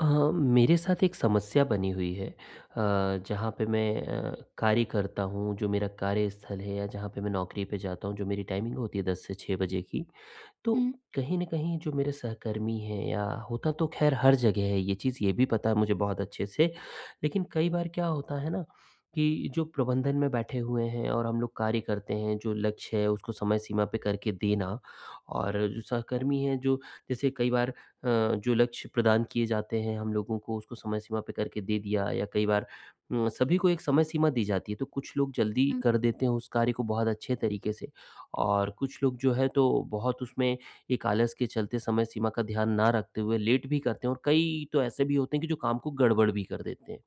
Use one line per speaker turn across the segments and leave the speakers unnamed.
अ, मेरे साथ एक समस्या बनी हुई है जहाँ पे मैं कार्य करता हूँ जो मेरा कार्यस्थल है या जहाँ पे मैं नौकरी पे जाता हूँ जो मेरी टाइमिंग होती है 10 से 6 बजे की तो
हुँ,
कहीं ना कहीं जो मेरे सहकर्मी हैं या होता तो खैर हर जगह है ये चीज़, ये भी पता है मुझे बहुत अच्छे से। लेकिन कई बार क्या होता है ना कि जो प्रबंधन में बैठे हुए हैं और हम लोग कार्य करते हैं जो लक्ष्य है उसको समय सीमा पे करके देना, और जो सहकर्मी हैं जो जैसे कई बार अ, जो लक्ष्य प्रदान किए जाते हैं हम लोगों को उसको समय सीमा पे करके दे दिया, या कई बार सभी को एक समय सीमा दी जाती है तो कुछ लोग जल्दी
हुँ,
कर देते हैं उस कार्य को बहुत अच्छे तरीके से, और कुछ लोग जो है तो बहुत उसमें एक आलस के चलते समय सीमा का ध्यान ना रखते हुए लेट भी करते हैं, और कई तो ऐसे भी होते हैं कि जो काम को गड़बड़ भी कर देते हैं।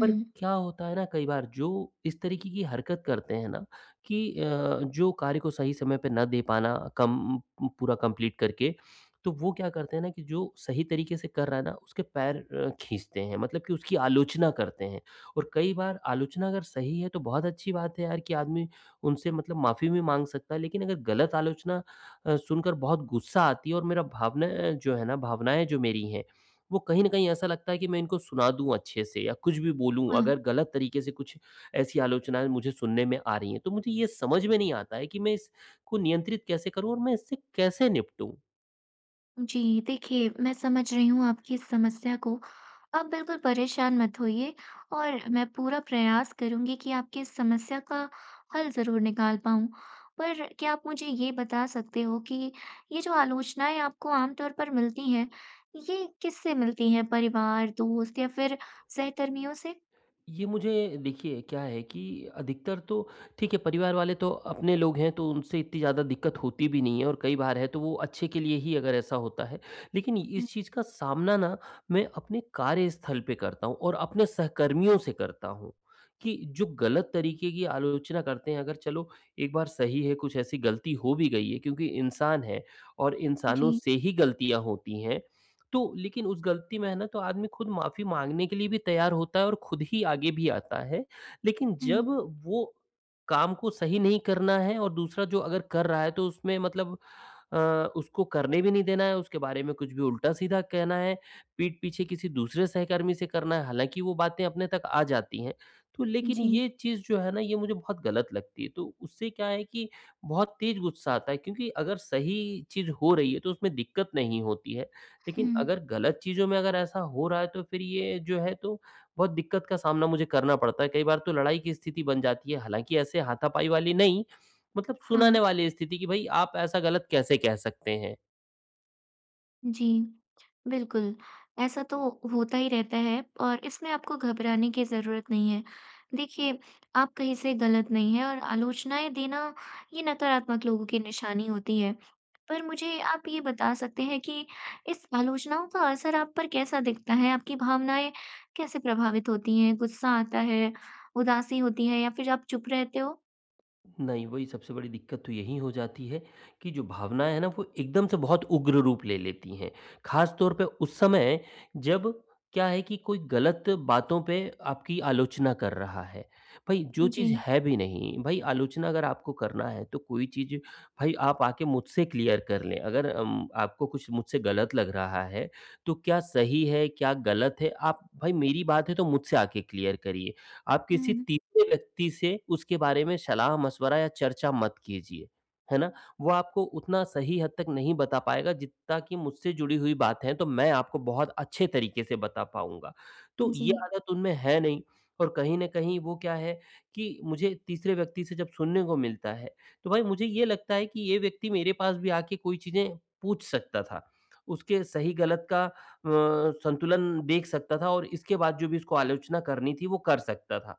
पर क्या होता है ना, कई बार जो इस तरीके की हरकत करते हैं ना कि जो कार्य को सही समय पे ना दे पाना, कम पूरा कंप्लीट करके, तो वो क्या करते हैं ना कि जो सही तरीके से कर रहा है ना उसके पैर खींचते हैं, मतलब कि उसकी आलोचना करते हैं। और कई बार आलोचना अगर सही है तो बहुत अच्छी बात है यार कि आदमी उनसे मतलब माफ़ी भी माँग सकता है, लेकिन अगर गलत आलोचना सुनकर बहुत गुस्सा आती है, और मेरा भावना जो है ना, भावनाएँ जो मेरी हैं वो कहीं न कहीं ऐसा लगता है कि मैं इनको सुना दूँ अच्छे से या कुछ भी बोलूँ।
हाँ।
अगर गलत तरीके से कुछ ऐसी आलोचनाएँ मुझे सुनने में आ रही हैं, तो मुझे ये समझ में नहीं आता है कि मैं इसको नियंत्रित कैसे करूँ और मैं इससे कैसे निपटूँ?
जी, देखिए मैं समझ रही हूँ आपकी इस समस्या को। आप बिल्कुल परेशान मत होइए और मैं पूरा प्रयास करूँगी कि आपकी इस समस्या का हल ज़रूर निकाल पाऊँ। पर क्या आप मुझे ये बता सकते हो कि ये जो आलोचनाएँ आपको आम तौर पर मिलती हैं, ये किससे मिलती हैं? परिवार, दोस्त या फिर सहकर्मियों से?
ये मुझे देखिए क्या है कि अधिकतर तो ठीक है, परिवार वाले तो अपने लोग हैं तो उनसे इतनी ज़्यादा दिक्कत होती भी नहीं है, और कई बार है तो वो अच्छे के लिए ही अगर ऐसा होता है। लेकिन
हुँ,
इस चीज़ का सामना ना मैं अपने कार्यस्थल पे करता हूँ और अपने सहकर्मियों से करता हूँ कि जो गलत तरीके की आलोचना करते हैं। अगर चलो एक बार सही है, कुछ ऐसी गलती हो भी गई है क्योंकि इंसान है, और इंसानों
जी,
से ही गलतियां होती हैं, तो लेकिन उस गलती में है ना तो आदमी खुद माफ़ी माँगने के लिए भी तैयार होता है और खुद ही आगे भी आता है। लेकिन
हुँ,
जब वो काम को सही नहीं करना है और दूसरा जो अगर कर रहा है तो उसमें मतलब अ, उसको करने भी नहीं देना है, उसके बारे में कुछ भी उल्टा-सीधा कहना है, पीठ पीछे किसी दूसरे सहकर्मी से करना है, हालाँकि वो बातें अपने तक आ जाती हैं। तो लेकिन
जी,
ये चीज़ जो है ना ये मुझे बहुत गलत लगती है, तो उससे क्या है कि बहुत तेज़ गुस्सा आता है, क्योंकि अगर सही चीज़ हो रही है तो उसमें दिक्कत नहीं होती है। लेकिन
हुँ,
अगर गलत चीज़ों में अगर ऐसा हो रहा है तो फिर ये जो है तो बहुत दिक्कत का सामना मुझे करना पड़ता है। कई बार तो लड़ाई की स्थिति बन जाती है, हालाँकि ऐसे हाथापाई वाली नहीं, मतलब
हाँ।
सुनाने वाली स्थिति कि भई आप ऐसा गलत कैसे कह सकते हैं?
जी, बिल्कुल। ऐसा तो होता ही रहता है और इसमें आपको घबराने की ज़रूरत नहीं है। देखिए, आप कहीं से गलत नहीं हैं और आलोचनाएँ देना, ये नकारात्मक लोगों की निशानी होती है। पर मुझे आप ये बता सकते हैं कि इस आलोचनाओं का असर आप पर कैसा दिखता है? आपकी भावनाएँ कैसे प्रभावित होती हैं? गुस्सा आता है, उदासी होती है या फिर आप चुप रहते हो?
नहीं, वही सबसे बड़ी दिक्कत तो यही हो जाती है कि जो भावनाएँ हैं ना, वो एकदम से बहुत उग्र रूप ले लेती हैं। ख़ास तौर पे उस समय जब क्या है कि कोई गलत बातों पे आपकी आलोचना कर रहा है। भई जो
जी।
चीज़ है भी नहीं, भई आलोचना अगर आपको करना है तो कोई चीज़, भई आप आके मुझसे क्लियर कर लें। अगर आपको कुछ मुझसे गलत लग रहा है, तो क्या सही है, क्या गलत है, आप भई मेरी बात है तो मुझसे आके क्लियर करिए। आप किसी
हुँ,
तीसरे व्यक्ति से उसके बारे में सलाह-मशवरा या चर्चा मत कीजिए, है ना? वो आपको उतना सही हद तक नहीं बता पाएगा जितना कि मुझसे जुड़ी हुई बात है, तो मैं आपको बहुत अच्छे तरीके से बता पाऊँगा। तो
जी,
ये आदत उनमें है नहीं, और कहीं न कहीं वो क्या है कि मुझे तीसरे व्यक्ति से जब सुनने को मिलता है, तो भाई मुझे ये लगता है कि ये व्यक्ति मेरे पास भी आके कोई चीज़ें पूछ सकता था। उसके सही-गलत का अ, संतुलन देख सकता था, और इसके बाद जो भी उसको आलोचना करनी थी वो कर सकता था।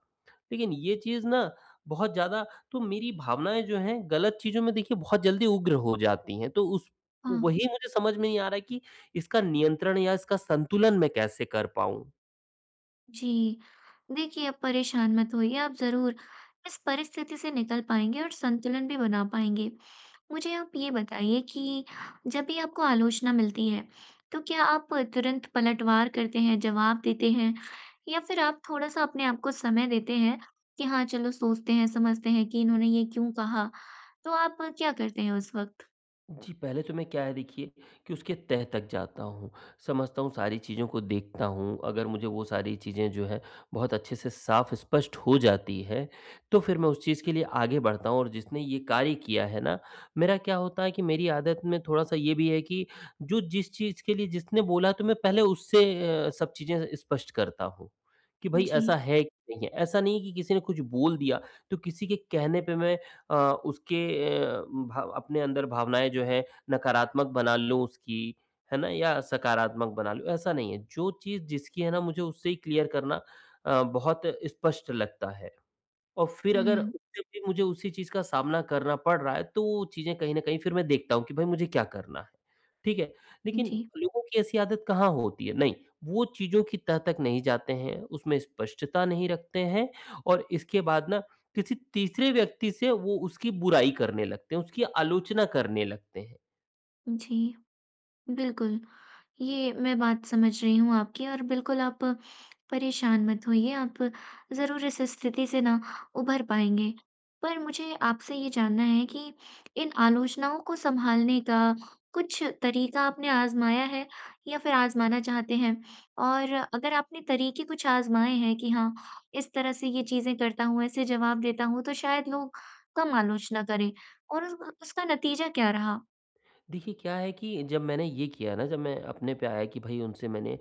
लेकिन ये चीज़ ना बहुत ज़्यादा, तो मेरी भावनाएँ जो हैं गलत चीज़ों में देखिए बहुत जल्दी उग्र हो जाती हैं। तो उस,
हाँ।
वही मुझे समझ में नहीं आ रहा है कि इसका नियंत्रण या इसका संतुलन मैं कैसे कर पाऊँ?
जी। देखिए, आप परेशान मत होइए, आप ज़रूर इस परिस्थिति से निकल पाएँगे और संतुलन भी बना पाएँगे। मुझे आप ये बताइए कि जब भी आपको आलोचना मिलती है, तो क्या आप तुरंत पलटवार करते हैं, जवाब देते हैं या फिर आप थोड़ा-सा अपने आप को समय देते हैं कि हाँ, चलो सोचते हैं, समझते हैं कि इन्होंने ये क्यों कहा? तो आप क्या करते हैं उस वक़्त?
जी, पहले तो मैं क्या है देखिए कि उसके तह तक जाता हूँ, समझता हूँ, सारी चीज़ों को देखता हूँ, अगर मुझे वो सारी चीज़ें जो है बहुत अच्छे से साफ़ स्पष्ट हो जाती है, तो फिर मैं उस चीज़ के लिए आगे बढ़ता हूँ, और जिसने ये कार्य किया है ना, मेरा क्या होता है कि मेरी आदत में थोड़ा-सा ये भी है कि जो जिस चीज़ के लिए जिसने बोला तो मैं पहले उससे सब चीज़ें स्पष्ट करता हूँ, कि भई ऐसा
जी।
है कि नहीं है। ऐसा नहीं कि किसी ने कुछ बोल दिया, तो किसी के कहने पे मैं अ, उसके अ, भाव अपने अंदर भावनाएँ जो हैं नकारात्मक बना लूँ उसकी, है ना? या सकारात्मक बना लूँ, ऐसा नहीं है। जो चीज़ जिसकी है ना, मुझे उससे ही क्लियर करना बहुत स्पष्ट लगता है। और फिर अगर हुँ।
हुँ,
उससे भी मुझे उसी चीज़ का सामना करना पड़ रहा है, तो वो चीज़ें कहीं न कहीं फिर मैं देखता हूँ कि भाई मुझे क्या करना है, ठीक है? लेकिन
जी,
लोगों की ऐसी आदत कहाँ होती है? नहीं, वो चीज़ों की तह तक नहीं जाते हैं, उसमें स्पष्टता नहीं रखते हैं, और इसके बाद ना किसी तीसरे व्यक्ति से वो उसकी बुराई करने लगते हैं, उसकी आलोचना करने लगते हैं।
जी। बिल्कुल, ये मैं बात समझ रही हूँ आपकी और बिल्कुल आप परेशान मत होइए, आप ज़रूर इस स्थिति से ना उभर पाएँगे। पर मुझे आपसे ये जानना है कि इन आलोचनाओं को सँभालने का कुछ तरीका आपने आज़माया है या फिर आज़माना चाहते हैं? और अगर आपने तरीके कुछ आज़माए हैं कि हाँ, इस तरह से ये चीज़ें करता हूँ, ऐसे जवाब देता हूँ, तो शायद लोग कम आलोचना करें और उस उसका नतीजा क्या रहा?
देखिए, क्या है कि जब मैंने ये किया ना, जब मैं अपने पे आया कि भई उनसे मैंने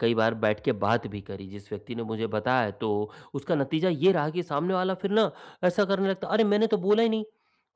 कई बार बैठ के बात भी करी, जिस व्यक्ति ने मुझे बताया, तो उसका नतीजा ये रहा कि सामने वाला फिर ना ऐसा करने लगता, "अरे! मैंने तो बोला ही नहीं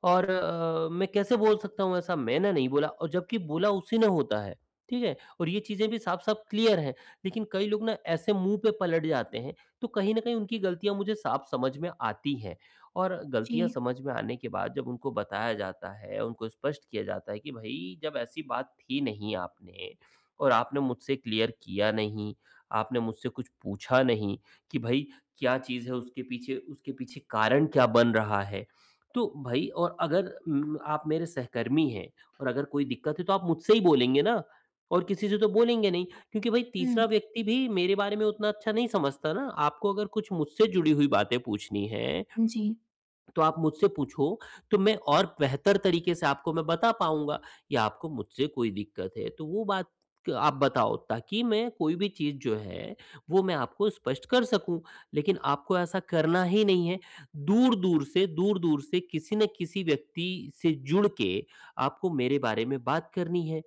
और मैं कैसे बोल सकता हूँ ऐसा? मैंने नहीं बोला", और जबकि बोला उसी ने होता है, ठीक है? और ये चीज़ें भी साफ-साफ क्लियर हैं, लेकिन कई लोग ना ऐसे मुँह पे पलट जाते हैं, तो कहीं न कहीं उनकी गलतियाँ मुझे साफ समझ में आती हैं। और गलतियाँ
जी।
समझ में आने के बाद जब उनको बताया जाता है, उनको स्पष्ट किया जाता है कि भई जब ऐसी बात थी नहीं, आपने और आपने मुझसे क्लियर किया नहीं, आपने मुझसे कुछ पूछा नहीं कि भई क्या चीज़ है उसके पीछे, उसके पीछे कारण क्या बन रहा है? तो भई और अगर आप मेरे सहकर्मी हैं और अगर कोई दिक्कत है तो आप मुझसे ही बोलेंगे ना, और किसी से तो बोलेंगे नहीं, क्योंकि भई तीसरा
हुँ,
व्यक्ति भी मेरे बारे में उतना अच्छा नहीं समझता ना। आपको अगर कुछ मुझसे जुड़ी हुई बातें पूछनी हैं
जी।
तो आप मुझसे पूछो, तो मैं और बेहतर तरीके से आपको मैं बता पाऊँगा। या आपको मुझसे कोई दिक्कत है तो वो बात क, आप बताओ ताकि मैं कोई भी चीज़ जो है वो मैं आपको स्पष्ट कर सकूँ। लेकिन आपको ऐसा करना ही नहीं है। दूर-दूर से, दूर-दूर से किसी न किसी व्यक्ति से जुड़ के आपको मेरे बारे में बात करनी है।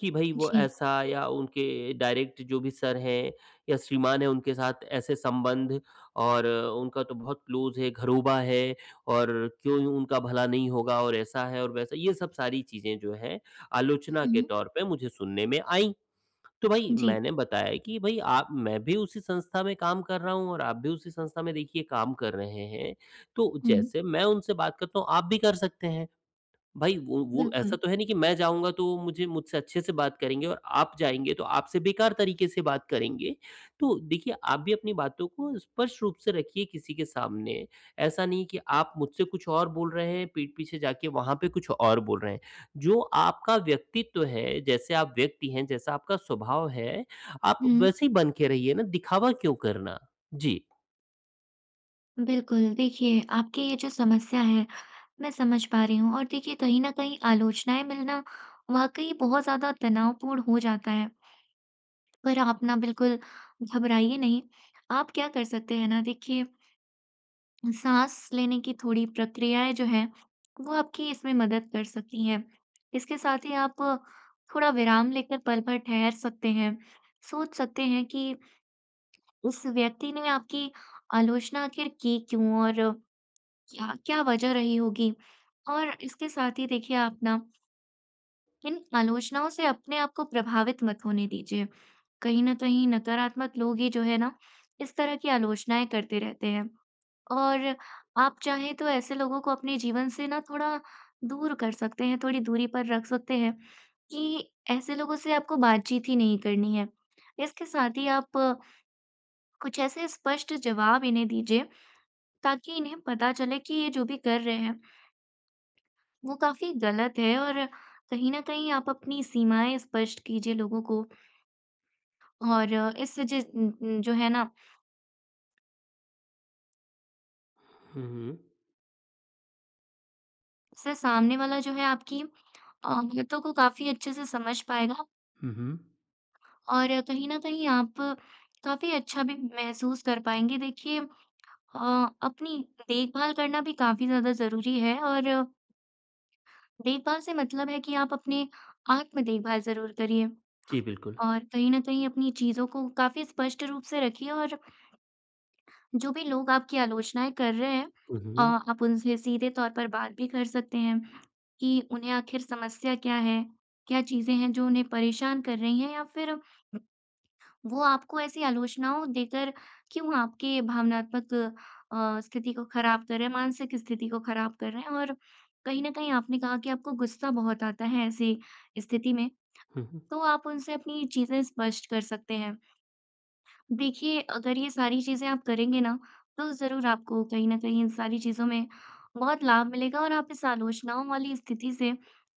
कि भई वो
जी।
ऐसा, या उनके डायरेक्ट जो भी सर हैं या श्रीमान हैं उनके साथ ऐसे संबंध, और उनका तो बहुत क्लोज़ है, घरोबा है, और क्यों ही उनका भला नहीं होगा, और ऐसा है और वैसा, ये सब सारी चीज़ें जो हैं आलोचना के
हुँ।
तौर पे मुझे सुनने में आईं। तो भई
जी।
मैंने बताया कि भई आप, मैं भी उसी संस्था में काम कर रहा हूँ और आप भी उसी संस्था में देखिए काम कर रहे हैं। तो
हुँ।
जैसे मैं उनसे बात करता हूँ, आप भी कर सकते हैं। भाई वो
बिल्कुल।
ऐसा तो है नहीं कि मैं जाऊँगा तो मुझे, मुझसे अच्छे से बात करेंगे और आप जाएँगे तो आपसे बेकार तरीके से बात करेंगे। तो देखिए, आप भी अपनी बातों को स्पष्ट रूप से रखिए किसी के सामने। ऐसा नहीं कि आप मुझसे कुछ और बोल रहे हैं, पीठ पीछे जाके वहाँ पे कुछ और बोल रहे हैं। जो आपका व्यक्तित्व है, जैसे आप व्यक्ति हैं, जैसा आपका स्वभाव है, आप
हुँ।
वैसे ही बन के रहिए ना, दिखावा क्यों करना? जी।
बिल्कुल, देखिए आपकी ये जो समस्या है, मैं समझ पा रही हूँ और देखिए कहीं न कहीं आलोचनाएँ मिलना वाक़ई बहुत ज़्यादा तनावपूर्ण हो जाता है। पर आप ना बिल्कुल घबराइए नहीं। आप क्या कर सकते हैं ना देखिए, साँस लेने की थोड़ी प्रक्रियाएँ जो हैं, वो आपकी इसमें मदद कर सकती हैं। इसके साथ ही आप थोड़ा विराम लेकर पल भर ठहर सकते हैं। सोच सकते हैं कि उस व्यक्ति ने आपकी आलोचना आखिर की क्यों और क्या क्या वजह रही होगी? और इसके साथ ही देखिए आप ना इन आलोचनाओं से अपने आप को प्रभावित मत होने दीजिए। कहीं न कहीं नकारात्मक लोग ही जो है ना, इस तरह की आलोचनाएँ करते रहते हैं। और आप चाहें तो ऐसे लोगों को अपने जीवन से ना थोड़ा दूर कर सकते हैं, थोड़ी दूरी पर रख सकते हैं कि ऐसे लोगों से आपको बातचीत ही नहीं करनी है। इसके साथ ही आप कुछ ऐसे स्पष्ट जवाब इन्हें दीजिए ताकि इन्हें पता चले कि ये जो भी कर रहे हैं, वो काफ़ी गलत है और कहीं न कहीं आप अपनी सीमाएँ स्पष्ट कीजिए लोगों को और इससे जो है ना,
हुँ, हुँ।
इससे सामने वाला जो है आपकी बातों को काफ़ी अच्छे से समझ पाएगा
हुँ, हुँ।
और कहीं न कहीं आप काफ़ी अच्छा भी महसूस कर पाएँगे। देखिए अपनी देखभाल करना भी काफ़ी ज़्यादा ज़रूरी है और देखभाल से मतलब है कि आप अपने आत्म देखभाल ज़रूर करिए।
जी, बिल्कुल।
और कहीं न कहीं अपनी चीज़ों को काफ़ी स्पष्ट रूप से रखिए और जो भी लोग आपकी आलोचनाएँ कर रहे हैं,
हुँ, हुँ।
आप उनसे सीधे तौर पर बात भी कर सकते हैं कि उन्हें आखिर समस्या क्या है? क्या चीज़ें हैं जो उन्हें परेशान कर रही हैं या फिर वो आपको ऐसी आलोचनाओं देकर क्यों आपके भावनात्मक स्थिति को खराब कर रहे हैं, मानसिक स्थिति को खराब कर रहे हैं? और कहीं न कहीं आपने कहा कि आपको गुस्सा बहुत आता है ऐसी स्थिति में,
हुँ, हुँ।
तो आप उनसे अपनी चीज़ें स्पष्ट कर सकते हैं। देखिए, अगर ये सारी चीज़ें आप करेंगे ना, तो ज़रूर आपको कहीं न कहीं इन सारी चीज़ों में बहुत लाभ मिलेगा और आप इस आलोचनाओं वाली स्थिति से,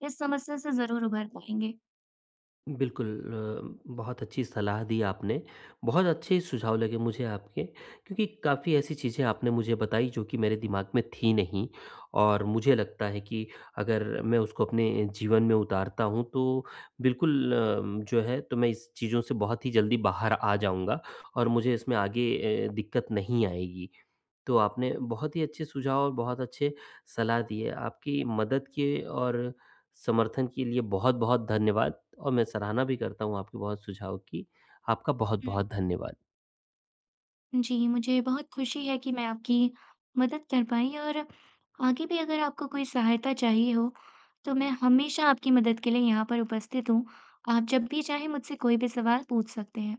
इस समस्या से ज़रूर उभर पाएँगे।
बिल्कुल बहुत अच्छी सलाह दी आपने। बहुत अच्छे सुझाव लगे मुझे आपके, क्योंकि काफ़ी ऐसी चीज़ें आपने मुझे बताई जो कि मेरे दिमाग में थी नहीं, और मुझे लगता है कि अगर मैं उसको अपने जीवन में उतारता हूँ तो बिल्कुल जो है तो मैं इस चीज़ों से बहुत ही जल्दी बाहर आ जाऊँगा, और मुझे इसमें आगे दिक्कत नहीं आएगी। तो आपने बहुत ही अच्छे सुझाव और बहुत अच्छे सलाह दिए। आपकी मदद के और समर्थन के लिए बहुत-बहुत धन्यवाद, और मैं सराहना भी करता हूँ आपके बहुत सुझाव की। आपका
हुँ।
बहुत-बहुत धन्यवाद।
जी, मुझे बहुत खुशी है कि मैं आपकी मदद कर पाई और आगे भी अगर आपको कोई सहायता चाहिए हो, तो मैं हमेशा आपकी मदद के लिए यहाँ पर उपस्थित हूँ। आप जब भी चाहें मुझसे कोई भी सवाल पूछ सकते हैं।